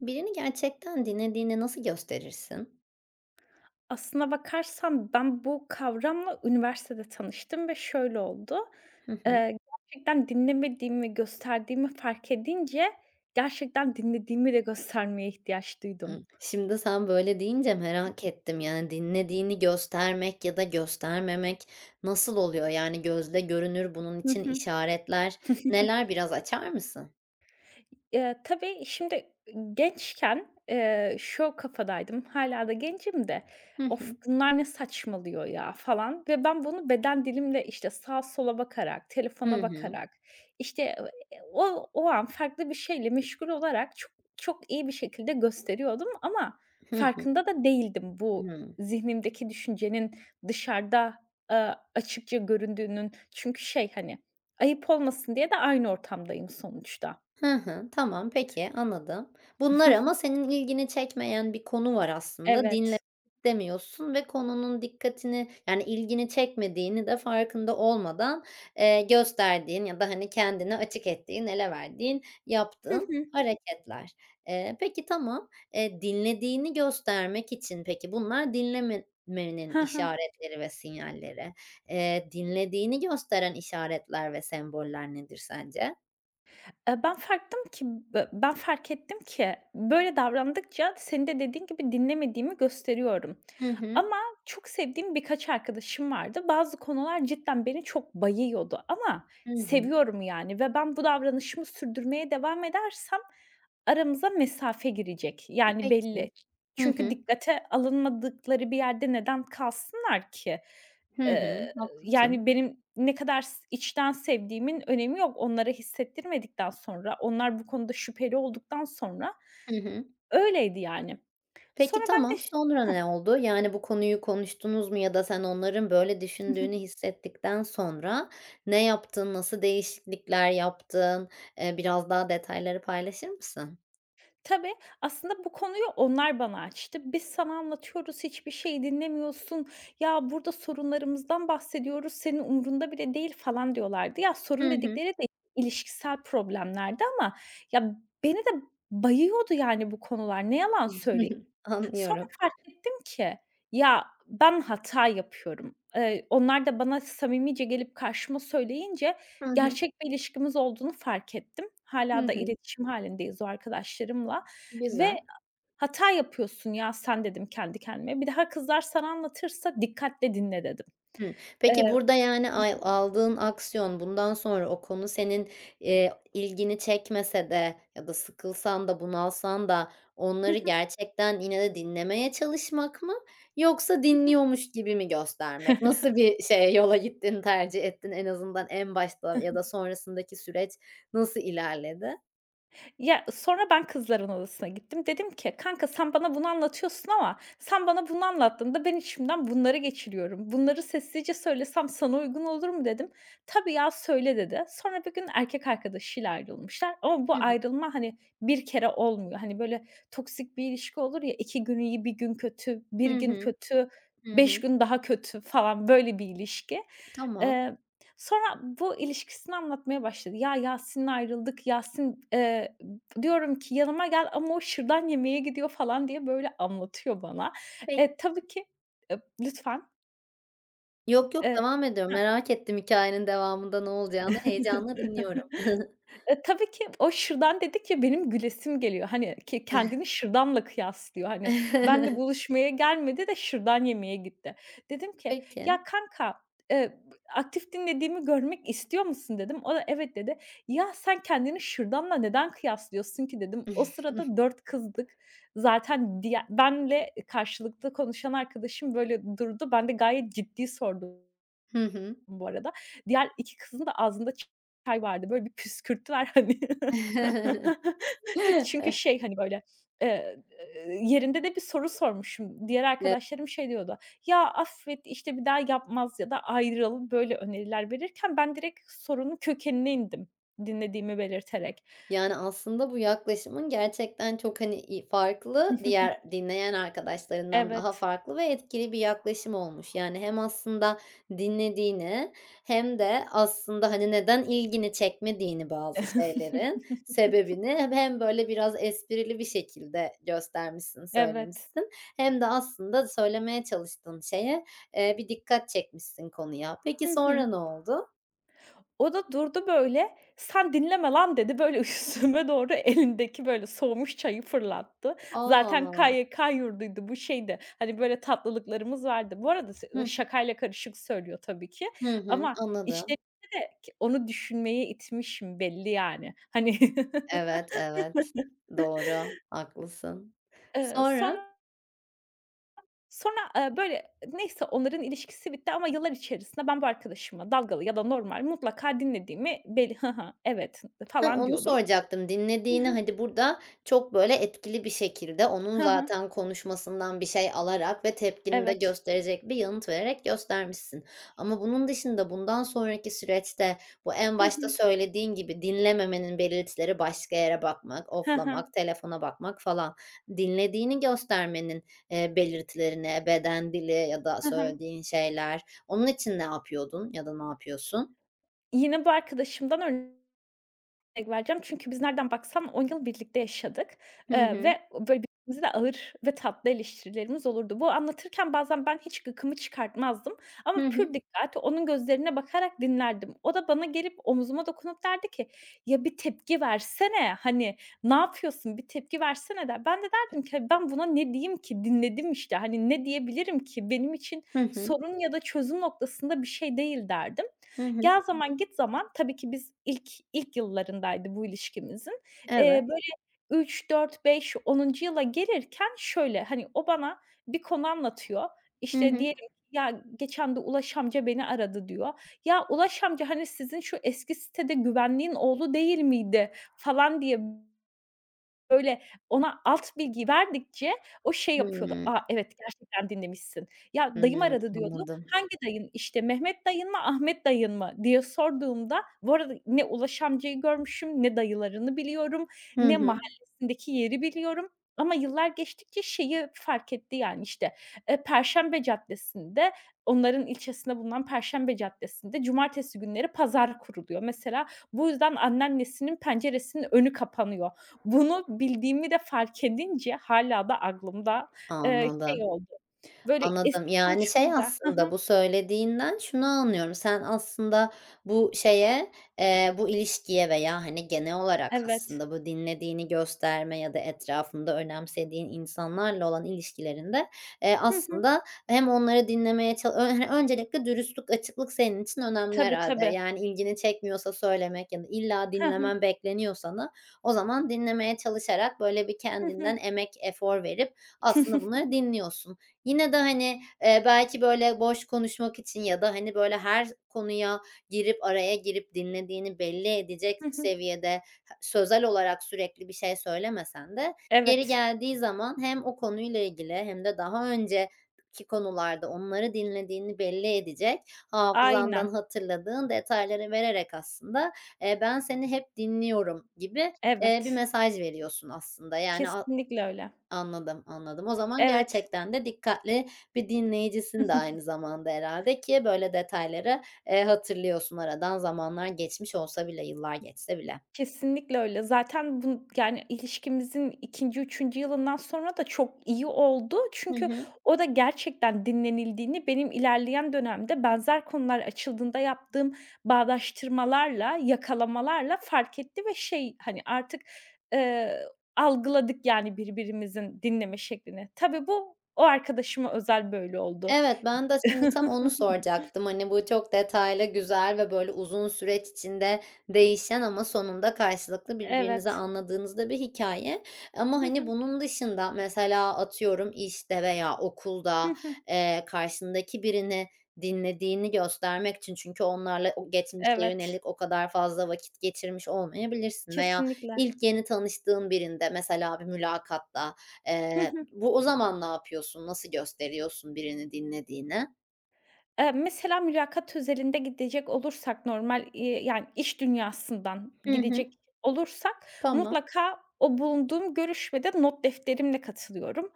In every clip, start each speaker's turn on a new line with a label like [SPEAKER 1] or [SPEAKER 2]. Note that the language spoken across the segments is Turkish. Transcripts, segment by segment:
[SPEAKER 1] Birini gerçekten dinlediğini nasıl gösterirsin?
[SPEAKER 2] Aslına bakarsan ben bu kavramla üniversitede tanıştım ve şöyle oldu.
[SPEAKER 1] Hı hı.
[SPEAKER 2] Eee, Gerçekten dinlemediğimi gösterdiğimi fark edince gerçekten dinlediğimi de göstermeye ihtiyaç duydum.
[SPEAKER 1] Hı. Şimdi sen böyle deyince merak ettim. Yani, dinlediğini göstermek ya da göstermemek nasıl oluyor? Yani, gözle görünür bunun
[SPEAKER 2] Hı
[SPEAKER 1] için
[SPEAKER 2] hı.
[SPEAKER 1] işaretler neler? Biraz açar mısın?
[SPEAKER 2] Tabii, şimdi gençken, şu kafadaydım, hâlâ da gencim de,
[SPEAKER 1] Hı
[SPEAKER 2] "Of,
[SPEAKER 1] hı.
[SPEAKER 2] bunlar ne saçmalıyor ya!" falan ve ben bunu beden dilimle, işte, sağa sola bakarak,
[SPEAKER 1] Hı
[SPEAKER 2] telefona
[SPEAKER 1] hı.
[SPEAKER 2] bakarak, işte, o an farklı bir şeyle meşgul olarak çok çok iyi bir şekilde gösteriyordum ama
[SPEAKER 1] Hı hı.
[SPEAKER 2] farkında da değildim bu
[SPEAKER 1] Hıı.
[SPEAKER 2] zihnimdeki düşüncenin dışarıda, açıkça göründüğünün. Çünkü şey, hani, ayıp olmasın diye de aynı ortamdayım sonuçta.
[SPEAKER 1] Hı hı. Tamam, peki, anladım. Bunlar ama senin ilgini çekmeyen bir konu var aslında. Dinlemek
[SPEAKER 2] Evet.
[SPEAKER 1] istemiyorsun ve konunun dikkatini, yani, ilgini çekmediğini de farkında olmadan, gösterdiğin ya da, hani, kendini açık ettiğin, ele verdiğin,
[SPEAKER 2] Hı
[SPEAKER 1] yaptığın
[SPEAKER 2] hı.
[SPEAKER 1] hareketler. Peki, tamam. Dinlediğini göstermek için peki bunlar dinlemenin
[SPEAKER 2] Hı hı.
[SPEAKER 1] işaretleri ve sinyalleri. Dinlediğini gösteren işaretler ve semboller nedir sence?
[SPEAKER 2] Eee, ben farktım ki ben fark ettim ki böyle davrandıkça senin de dediğin gibi dinlemediğimi gösteriyorum.
[SPEAKER 1] Hı hı.
[SPEAKER 2] Ama çok sevdiğim birkaç arkadaşım vardı. Bazı konular cidden beni çok bayıyordu ama
[SPEAKER 1] Hı hı.
[SPEAKER 2] seviyorum yani ve ben bu davranışımı sürdürmeye devam edersem aramıza mesafe girecek. Yani belli.
[SPEAKER 1] Peki. Hı
[SPEAKER 2] Çünkü
[SPEAKER 1] hı.
[SPEAKER 2] dikkate alınmadıkları bir yerde neden kalsınlar ki?
[SPEAKER 1] Hı hı.
[SPEAKER 2] Yani,
[SPEAKER 1] Haklısın.
[SPEAKER 2] benim ne kadar içten sevdiğimin önemi yok. Onlara hissettirmedikten sonra, onlar bu konuda şüpheli olduktan sonra
[SPEAKER 1] Hı hı.
[SPEAKER 2] öyleydi, yani. Sonra
[SPEAKER 1] Peki,
[SPEAKER 2] ben
[SPEAKER 1] tamam.
[SPEAKER 2] de ş
[SPEAKER 1] Sonra ne oldu? Yani bu konuyu konuştunuz mu ya da sen onların böyle düşündüğünü hissettikten sonra ne yaptın? Nasıl değişiklikler yaptın? Biraz daha detayları paylaşır mısın?
[SPEAKER 2] Tabii, aslında bu konuyu onlar bana açtı. "Biz sana anlatıyoruz, hiçbir şey dinlemiyorsun. Ya, burada sorunlarımızdan bahsediyoruz, senin umurunda bile değil." falan diyorlardı. Ya, sorun
[SPEAKER 1] Hı hı.
[SPEAKER 2] dedikleri de ilişkisel problemlerdi ama ya, beni de bayıyordu, yani, bu konular. Ne yalan söyleyeyim. Sonra
[SPEAKER 1] Anlıyorum.
[SPEAKER 2] fark ettim ki, ya, ben hata yapıyorum. Onlar da bana samimice gelip karşıma söyleyince
[SPEAKER 1] Hı hı.
[SPEAKER 2] gerçek bir ilişkimiz olduğunu fark ettim.
[SPEAKER 1] Hı
[SPEAKER 2] Hâlâ da
[SPEAKER 1] hı.
[SPEAKER 2] iletişim hâlindeyiz o arkadaşlarımla ve
[SPEAKER 1] Güzel.
[SPEAKER 2] "Hata yapıyorsun ya sen." dedim kendi kendime. "Bir daha kızlar sana anlatırsa dikkatle dinle." dedim.
[SPEAKER 1] Hımm. Peki,
[SPEAKER 2] Eee
[SPEAKER 1] burada, yani, aldığın aksiyon bundan sonra o konu senin, ilgini çekmese de ya da sıkılsan da bunalsan da onları gerçekten yine de dinlemeye çalışmak mı yoksa dinliyormuş gibi mi
[SPEAKER 2] Hı
[SPEAKER 1] göstermek?
[SPEAKER 2] hı.
[SPEAKER 1] Nasıl bir şeye yola gittin, tercih ettin en azından en başta ya da sonrasındaki süreç nasıl ilerledi?
[SPEAKER 2] Ya, sonra ben kızların odasına gittim. Dedim ki, "Kanka sen bana bunu anlatıyorsun ama sen bana bunu anlattığında ben içimden bunları geçiriyorum. Bunları sessizce söylesem sana uygun olur mu?" dedim. "Tabii ya, söyle." dedi. Sonra bir gün erkek arkadaşıyla ayrılmışlar ama bu
[SPEAKER 1] Hı hı.
[SPEAKER 2] ayrılma, hani, bir kere olmuyor. Hani, böyle toksik bir ilişki olur ya, 2 gün iyi, bir gün kötü,
[SPEAKER 1] Hı
[SPEAKER 2] bir gün
[SPEAKER 1] hı.
[SPEAKER 2] kötü,
[SPEAKER 1] Hı
[SPEAKER 2] 5
[SPEAKER 1] hı.
[SPEAKER 2] gün daha kötü falan, böyle bir ilişki.
[SPEAKER 1] Tamam.
[SPEAKER 2] Eee, Sonra bu ilişkisini anlatmaya başladı. "Ya, Yasin'le ayrıldık. Yasin" diyorum ki, "Yanıma gel ama o şırdan yemeğe gidiyor." falan diye böyle anlatıyor bana.
[SPEAKER 1] Peki.
[SPEAKER 2] E, tabii ki, lütfen,
[SPEAKER 1] Yok, yok,
[SPEAKER 2] eee
[SPEAKER 1] devam ediyorum.
[SPEAKER 2] Hah.
[SPEAKER 1] Merak ettim hikayenin devamında ne olacağını. Heyecanla dinliyorum.
[SPEAKER 2] E, tabii ki o şırdan dedi ki benim gülesim geliyor. Hani, kendini şırdanla kıyaslıyor. Hani, ben de buluşmaya gelmedi de şırdan yemeye gitti. Dedim ki, "Ya
[SPEAKER 1] Peki.
[SPEAKER 2] kanka, eee, aktif dinlediğimi görmek istiyor musun?" dedim. O da "Evet." dedi. "Ya sen kendini şırdanla neden kıyaslıyorsun ki?" dedim. O sırada 4 kızdık. Zaten diye benle karşılıklı konuşan arkadaşım böyle durdu. Ben de gayet ciddi sordum
[SPEAKER 1] Hı hı.
[SPEAKER 2] bu arada. Diğer 2 kızın da ağzında çay vardı. Böyle bir püskürttüler hani. Çünkü şey, hani, böyle, eee, yerinde de bir soru sormuşum. Diğer
[SPEAKER 1] Eee
[SPEAKER 2] arkadaşlarım şey diyordu, "Ya, affet, işte, bir daha yapmaz ya da ayrılalım böyle öneriler verirken ben direkt sorunun kökenine indim dinlediğimi belirterek.
[SPEAKER 1] Yani, aslında bu yaklaşımın gerçekten çok, hani, farklı, diğer dinleyen arkadaşlarından daha
[SPEAKER 2] Evet.
[SPEAKER 1] farklı ve etkili bir yaklaşım olmuş. Yani, hem aslında dinlediğini hem de aslında, hani, neden ilgini çekmediğini bazı şeylerin sebebini hem böyle biraz esprili bir şekilde göstermişsin,
[SPEAKER 2] Evet.
[SPEAKER 1] söylemişsin hem de aslında söylemeye çalıştığın şeye, bir dikkat çekmişsin konuya. Peki
[SPEAKER 2] Hı hı.
[SPEAKER 1] sonra ne oldu?
[SPEAKER 2] O da durdu böyle, "Sen dinleme lan!" dedi. Böyle üstüme doğru elindeki böyle soğumuş çayı fırlattı. Zaten
[SPEAKER 1] Aa.
[SPEAKER 2] KYK yurduydu, bu şeydi, hani, böyle tatlılıklarımız vardı. Bu arada
[SPEAKER 1] Hıh.
[SPEAKER 2] şakayla karışık söylüyor tabii ki
[SPEAKER 1] Hı hı.
[SPEAKER 2] ama
[SPEAKER 1] Anladım.
[SPEAKER 2] içlerinde de onu düşünmeye itmişim belli yani. Hani,
[SPEAKER 1] Evet, evet. Doğru, haklısın.
[SPEAKER 2] eee,
[SPEAKER 1] Sonra?
[SPEAKER 2] sonra sonra böyle, neyse onların ilişkisi bitti ama yıllar içerisinde ben bu arkadaşıma dalgalı ya da normal mutlaka dinlediğimi "Hı hı, evet."
[SPEAKER 1] Heh,
[SPEAKER 2] falan
[SPEAKER 1] onu
[SPEAKER 2] diyordum.
[SPEAKER 1] soracaktım.
[SPEAKER 2] Hı
[SPEAKER 1] Dinlediğini,
[SPEAKER 2] hı.
[SPEAKER 1] hadi burada çok böyle etkili bir şekilde onun
[SPEAKER 2] Hı hı.
[SPEAKER 1] zaten konuşmasından bir şey alarak ve tepkini de
[SPEAKER 2] Evet.
[SPEAKER 1] gösterecek bir yanıt vererek göstermişsin. Ama bunun dışında bundan sonraki süreçte bu en
[SPEAKER 2] Hı
[SPEAKER 1] başta
[SPEAKER 2] hı.
[SPEAKER 1] söylediğin gibi dinlememenin belirtileri başka yere bakmak,
[SPEAKER 2] Hı hı.
[SPEAKER 1] oflamak, telefona bakmak falan. Dinlediğini göstermenin, belirtileri beden dili ya da
[SPEAKER 2] Hı hı.
[SPEAKER 1] söylediğin şeyler. Onun için ne yapıyordun ya da ne yapıyorsun?
[SPEAKER 2] Yine bu arkadaşımdan örnek vereceğim. Çünkü biz nereden baksan 10 yıl birlikte yaşadık,
[SPEAKER 1] Hı hı.
[SPEAKER 2] ve böyle birbirimize de ağır ve tatlı eleştirilerimiz olurdu. Bu anlatırken bazen ben hiç gıkımı çıkartmazdım
[SPEAKER 1] Hı
[SPEAKER 2] ama pür
[SPEAKER 1] hı.
[SPEAKER 2] dikkat onun gözlerine bakarak dinlerdim. O da bana gelip omzuma dokunup derdi ki, "Ya, bir tepki versene, hani, ne yapıyorsun, bir tepki versene." der. Ben de derdim ki, "Hani, ben buna ne diyeyim ki? Dinledim işte. Hani, ne diyebilirim ki? Benim için
[SPEAKER 1] Hı hı.
[SPEAKER 2] sorun ya da çözüm noktasında bir şey değil." derdim.
[SPEAKER 1] Hı hı.
[SPEAKER 2] Gel zaman git zaman tabii ki biz ilk ilk yıllarındaydı bu ilişkimizin.
[SPEAKER 1] Evet.
[SPEAKER 2] Böyle 3 4 5 onuncu yıla gelirken şöyle, hani, o bana bir konu anlatıyor.
[SPEAKER 1] Hı
[SPEAKER 2] İşte,
[SPEAKER 1] hı.
[SPEAKER 2] diyelim ki ya geçen de Ulaş amca beni aradı diyor. Ya Ulaş amca, hani, sizin şu eski sitede güvenliğin oğlu değil miydi falan diye böyle, ona alt bilgi verdikçe o şey yapıyordu.
[SPEAKER 1] Hımm.
[SPEAKER 2] "A, evet, gerçekten dinlemişsin." Ya, dayım
[SPEAKER 1] Hımm,
[SPEAKER 2] aradı diyordu.
[SPEAKER 1] anladım.
[SPEAKER 2] "Hangi dayın?" İşte, "Mehmet dayın mı, Ahmet dayın mı?" diye sorduğumda bu arada ne Ulaş amcayı görmüşüm, ne dayılarını biliyorum,
[SPEAKER 1] Hı
[SPEAKER 2] ne
[SPEAKER 1] hı.
[SPEAKER 2] mahallesindeki yeri biliyorum ama yıllar geçtikçe şeyi fark etti, yani, işte, Perşembe Caddesi'nde, onların ilçesinde bulunan Perşembe Caddesi'nde cumartesi günleri pazar kuruluyor. Mesela bu yüzden anneannesinin penceresinin önü kapanıyor. Bunu bildiğimi de fark edince hâlâ da aklımda,
[SPEAKER 1] Anladım.
[SPEAKER 2] şey oldu, böyle
[SPEAKER 1] Anladım.
[SPEAKER 2] eski
[SPEAKER 1] Yani, şey
[SPEAKER 2] konuşmamda Hı
[SPEAKER 1] aslında
[SPEAKER 2] hı.
[SPEAKER 1] bu söylediğinden şunu anlıyorum. Sen aslında bu şeye, bu ilişkiye veya, hani, genel olarak
[SPEAKER 2] Evet.
[SPEAKER 1] aslında bu dinlediğini gösterme ya da etrafında önemsediğin insanlarla olan ilişkilerinde,
[SPEAKER 2] Hı hı.
[SPEAKER 1] aslında hem onları dinlemeye ça ö hani, öncelikle dürüstlük, açıklık senin için önemli
[SPEAKER 2] Tabii,
[SPEAKER 1] herhâlde.
[SPEAKER 2] tabii.
[SPEAKER 1] Yani, ilgini çekmiyorsa söylemek ya da illa
[SPEAKER 2] Hı hı.
[SPEAKER 1] dinlemen bekleniyor sana, o zaman dinlemeye çalışarak böyle bir
[SPEAKER 2] Hı hı.
[SPEAKER 1] kendinden emek, efor verip aslında bunları dinliyorsun. Yine de, hani, belki, böyle, boş konuşmak için ya da, hani, böyle, her konuya girip, araya girip dinlediğini belli edecek
[SPEAKER 2] Hı hı.
[SPEAKER 1] seviyede sözel olarak sürekli bir şey söylemesen de yeri
[SPEAKER 2] Evet.
[SPEAKER 1] geldiği zaman hem o konuyla ilgili hem de daha önceki konularda onları dinlediğini belli edecek, hafızandan
[SPEAKER 2] Aynen.
[SPEAKER 1] hatırladığın detayları vererek aslında, "Ben seni hep dinliyorum." gibi, bir
[SPEAKER 2] Evet.
[SPEAKER 1] mesaj veriyorsun aslında. Yani
[SPEAKER 2] Kesinlikle öyle.
[SPEAKER 1] anladım, anladım. O zaman
[SPEAKER 2] Evet.
[SPEAKER 1] gerçekten de dikkatli bir
[SPEAKER 2] Hı
[SPEAKER 1] dinleyicisin de
[SPEAKER 2] hı.
[SPEAKER 1] aynı zamanda herhâlde ki böyle detayları, hatırlıyorsun. Aradan zamanlar geçmiş olsa bile, yıllar geçse bile.
[SPEAKER 2] Kesinlikle öyle. Zaten yani ilişkimizin ikinci üçüncü yılından sonra da çok iyi oldu.
[SPEAKER 1] Hı
[SPEAKER 2] Çünkü
[SPEAKER 1] hı.
[SPEAKER 2] o da gerçekten dinlenildiğini benim ilerleyen dönemde benzer konular açıldığında yaptığım bağdaştırmalarla, yakalamalarla fark etti ve şey, hani, artık, eee, algıladık yani birbirimizin dinleme şeklini. Tabii bu o arkadaşıma özel böyle oldu.
[SPEAKER 1] Evet, ben de şimdi tam onu soracaktım. Hani, bu çok detaylı, güzel ve böyle uzun süreç içinde değişen ama sonunda karşılıklı birbirinizi
[SPEAKER 2] Evet.
[SPEAKER 1] anladığınızda bir hikaye. Ama, hani, bunun dışında mesela atıyorum işte veya okulda, karşındaki birini dinlediğini göstermek için çünkü onlarla o geçmişe
[SPEAKER 2] Evet.
[SPEAKER 1] yönelik o kadar fazla vakit geçirmiş olmayabilirsin veya
[SPEAKER 2] Kesinlikle.
[SPEAKER 1] ilk yeni tanıştığın birinde mesela bir mülakatta. Bu o zaman ne yapıyorsun? Nasıl gösteriyorsun birini dinlediğini?
[SPEAKER 2] Mesela mülakat özelinde gidecek olursak normal, yani iş dünyasından
[SPEAKER 1] Hı hı.
[SPEAKER 2] gidecek olursak
[SPEAKER 1] Tamam.
[SPEAKER 2] mutlaka o bulunduğum görüşmede not defterimle katılıyorum.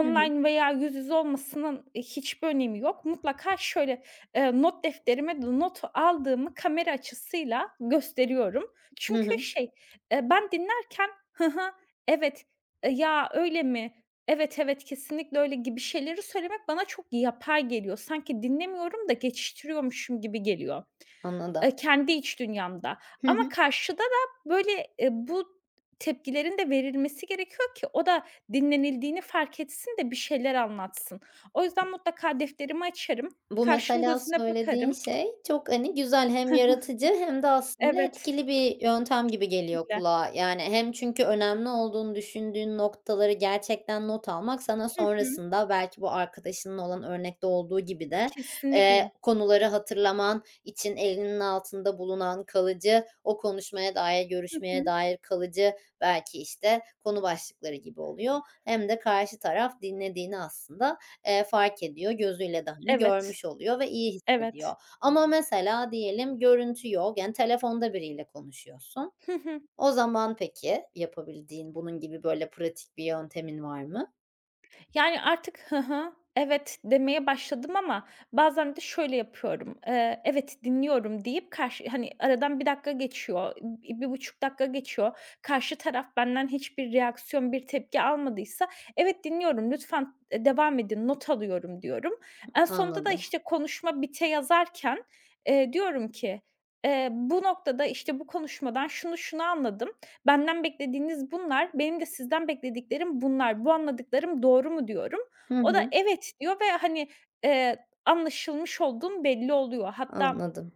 [SPEAKER 1] Hı hı.
[SPEAKER 2] veya yüz yüze olmasının, hiçbir önemi yok. Mutlaka şöyle, not defterime de not aldığımı kamera açısıyla gösteriyorum.
[SPEAKER 1] Hı
[SPEAKER 2] Çünkü
[SPEAKER 1] hı.
[SPEAKER 2] şey, ben dinlerken "Hı hı, evet, ya öyle mi? Evet, evet, kesinlikle öyle gibi şeyleri söylemek bana çok yapay geliyor. Sanki dinlemiyorum da geçiştiriyormuşum gibi geliyor,
[SPEAKER 1] Anladım.
[SPEAKER 2] kendi iç dünyamda.
[SPEAKER 1] Hı
[SPEAKER 2] Ama
[SPEAKER 1] hı.
[SPEAKER 2] karşıda da böyle, bu tepkilerin de verilmesi gerekiyor ki o da dinlenildiğini fark etsin de bir şeyler anlatsın. O yüzden mutlaka defterimi açarım,
[SPEAKER 1] Bu
[SPEAKER 2] karşının
[SPEAKER 1] mesela
[SPEAKER 2] gözüne bakarım.
[SPEAKER 1] söylediğin şey çok, hani, güzel hem yaratıcı hem de aslında
[SPEAKER 2] Evet,
[SPEAKER 1] etkili bir yöntem gibi geliyor
[SPEAKER 2] kesinlikle.
[SPEAKER 1] kulağa. Yani hem çünkü önemli olduğunu düşündüğün noktaları gerçekten not almak sana
[SPEAKER 2] Hı hı,
[SPEAKER 1] sonrasında belki bu arkadaşının olan örnekte olduğu gibi de,
[SPEAKER 2] kesinlikle.
[SPEAKER 1] konuları hatırlaman için elinin altında bulunan kalıcı, o konuşmaya dair,
[SPEAKER 2] Hı
[SPEAKER 1] görüşmeye
[SPEAKER 2] hı.
[SPEAKER 1] dair kalıcı belki, işte, konu başlıkları gibi oluyor. Hem de karşı taraf dinlediğini aslında fark ediyor. Gözüyle de, hani,
[SPEAKER 2] Evet,
[SPEAKER 1] görmüş oluyor ve iyi hissediyor.
[SPEAKER 2] evet.
[SPEAKER 1] Ama mesela diyelim görüntü yok, yani, telefonda biriyle konuşuyorsun.
[SPEAKER 2] Hı hı.
[SPEAKER 1] O zaman peki yapabildiğin bunun gibi, böyle, pratik bir yöntemin var mı?
[SPEAKER 2] Yani, artık "Hı hı, evet." demeye başladım ama bazen de şöyle yapıyorum, "Evet, dinliyorum." deyip karşı hani, aradan bir dakika geçiyor, bir bir buçuk dakika geçiyor. Karşı taraf benden hiçbir reaksiyon, bir tepki almadıysa, "Evet, dinliyorum, lütfen, devam edin, not alıyorum." diyorum. En sonunda da,
[SPEAKER 1] Anladım.
[SPEAKER 2] işte, konuşma bite yazarken, diyorum ki, "Bu noktada, işte, bu konuşmadan şunu şunu anladım. Benden beklediğiniz bunlar, benim de sizden beklediklerim bunlar. Bu anladıklarım doğru mu diyorum.
[SPEAKER 1] Hı
[SPEAKER 2] O da
[SPEAKER 1] hı.
[SPEAKER 2] evet diyor ve hani, eee, anlaşılmış olduğum belli oluyor. Hatta
[SPEAKER 1] Anladım.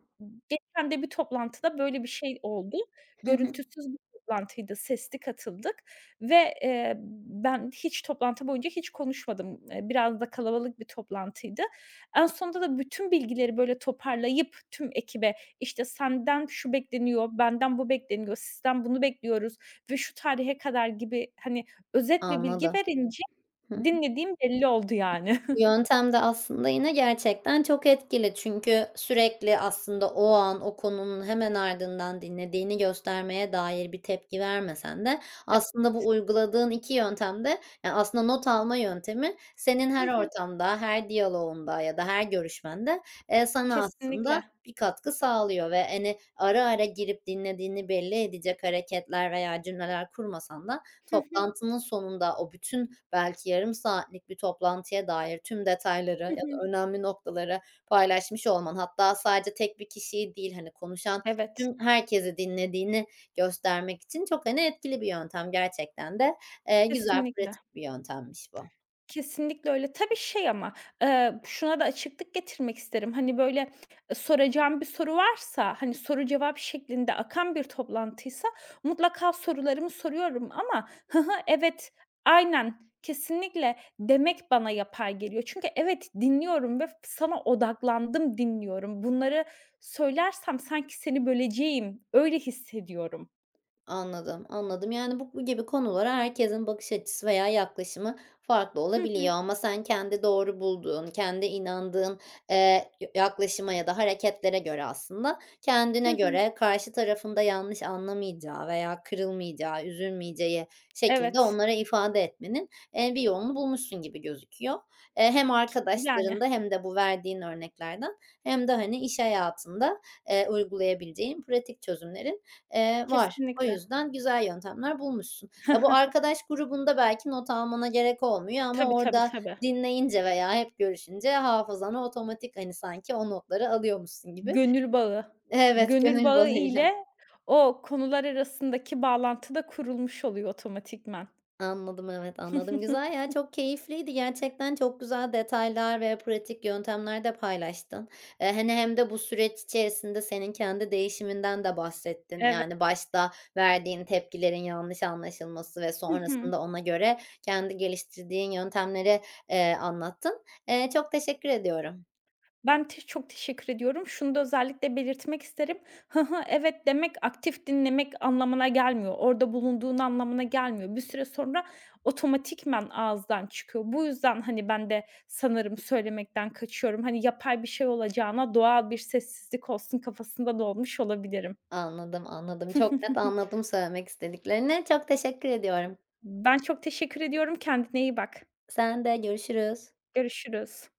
[SPEAKER 2] Geçen de bir toplantıda böyle bir şey oldu.
[SPEAKER 1] Hı hı.
[SPEAKER 2] Görüntüsüz bir toplantıydı, sesli katıldık ve, eee, ben hiç toplantı boyunca hiç konuşmadım. Biraz da kalabalık bir toplantıydı. En sonunda da bütün bilgileri böyle toparlayıp tüm ekibe, işte, senden şu bekleniyor, benden bu bekleniyor, sizden bunu bekliyoruz ve şu tarihe kadar gibi, hani, özet bir bilgi
[SPEAKER 1] Anladım.
[SPEAKER 2] verince
[SPEAKER 1] Hı.
[SPEAKER 2] dinlediğim belli oldu yani. Hı hı.
[SPEAKER 1] Bu yöntem de aslında yine gerçekten çok etkili. Çünkü sürekli aslında o an, o konunun hemen ardından dinlediğini göstermeye dair bir tepki vermesen de aslında bu uyguladığın 2 yöntem de, yani aslında not alma yöntemi senin her ortamda, her diyaloğunda ya da her görüşmende, sana aslında
[SPEAKER 2] Kesinlikle.
[SPEAKER 1] bir katkı sağlıyor ve, hani, ara ara girip dinlediğini belli edecek hareketler veya cümleler kurmasan da
[SPEAKER 2] Hı hı.
[SPEAKER 1] toplantının sonunda o bütün belki yarım saatlik bir toplantıya dair tüm detayları
[SPEAKER 2] Hı
[SPEAKER 1] ya
[SPEAKER 2] hı.
[SPEAKER 1] da önemli noktaları paylaşmış olman, hatta sadece tek bir kişiyi değil, hani, konuşan
[SPEAKER 2] Evet,
[SPEAKER 1] tüm herkesi dinlediğini göstermek için çok, hani, etkili bir yöntem. Gerçekten de, güzel,
[SPEAKER 2] kesinlikle.
[SPEAKER 1] pratik bir yöntemmiş bu.
[SPEAKER 2] Kesinlikle öyle. Tabii, şey ama, şuna da açıklık getirmek isterim. Hani, böyle, soracağım bir soru varsa, hani, soru cevap şeklinde akan bir toplantıysa mutlaka sorularımı soruyorum ama "Hı hı, evet, aynen, kesinlikle." demek bana yapay geliyor. Çünkü evet, dinliyorum ve sana odaklandım dinliyorum. Bunları söylersem sanki seni böleceğim, öyle hissediyorum.
[SPEAKER 1] Anladım, anladım. Yani bu gibi konulara herkesin bakış açısı veya yaklaşımı farklı
[SPEAKER 2] Hı hı.
[SPEAKER 1] olabiliyor ama sen kendi doğru bulduğun, kendi inandığın, yaklaşıma ya da hareketlere göre aslında
[SPEAKER 2] Hı
[SPEAKER 1] kendine
[SPEAKER 2] hı.
[SPEAKER 1] göre karşı tarafında yanlış anlamayacağı veya kırılmayacağı, üzülmeyeceği şekilde
[SPEAKER 2] Evet.
[SPEAKER 1] onlara ifade etmenin, bir yolunu bulmuşsun gibi gözüküyor. Hem
[SPEAKER 2] Yani,
[SPEAKER 1] arkadaşlarında hem de bu verdiğin örneklerden hem de, hani, iş hayatında, uygulayabileceğin pratik çözümlerin var. O
[SPEAKER 2] kesinlikle.
[SPEAKER 1] yüzden güzel yöntemler bulmuşsun. Ya, bu arkadaş grubunda belki not almana gerek olmuyor ama
[SPEAKER 2] Tabii, tabii,
[SPEAKER 1] orada
[SPEAKER 2] tabii.
[SPEAKER 1] dinleyince veya hep görüşünce hafızana otomatik, hani, sanki o notları alıyormuşsun gibi.
[SPEAKER 2] Gönül bağı.
[SPEAKER 1] Evet,
[SPEAKER 2] Gönül
[SPEAKER 1] gönül
[SPEAKER 2] bağı
[SPEAKER 1] bağıyla.
[SPEAKER 2] ile o konular arasındaki bağlantı da kurulmuş oluyor otomatikman.
[SPEAKER 1] Anladım, evet, anladım. Güzel ya, çok keyifliydi gerçekten. Çok güzel detaylar ve pratik yöntemler de paylaştın. Hani hem de bu süreç içerisinde senin kendi değişiminden de bahsettin.
[SPEAKER 2] Evet.
[SPEAKER 1] Yani başta verdiğin tepkilerin yanlış anlaşılması ve
[SPEAKER 2] Hı hı.
[SPEAKER 1] sonrasında ona göre kendi geliştirdiğin yöntemleri, anlattın. Çok teşekkür ediyorum.
[SPEAKER 2] Ben çok teşekkür ediyorum. Şunu da özellikle belirtmek isterim. "Hı hı, evet." demek aktif dinlemek anlamına gelmiyor. Orada bulunduğun anlamına gelmiyor. Bir süre sonra otomatikman ağızdan çıkıyor. Bu yüzden, hani, ben de sanırım söylemekten kaçıyorum. Hani, yapay bir şey olacağına doğal bir sessizlik olsun kafasında dolmuş olabilirim.
[SPEAKER 1] Anladım, anladım. Çok net anladım söylemek istediklerini. Çok teşekkür ediyorum.
[SPEAKER 2] Ben çok teşekkür ediyorum. Kendine iyi bak.
[SPEAKER 1] Sen de görüşürüz.
[SPEAKER 2] Görüşürüz.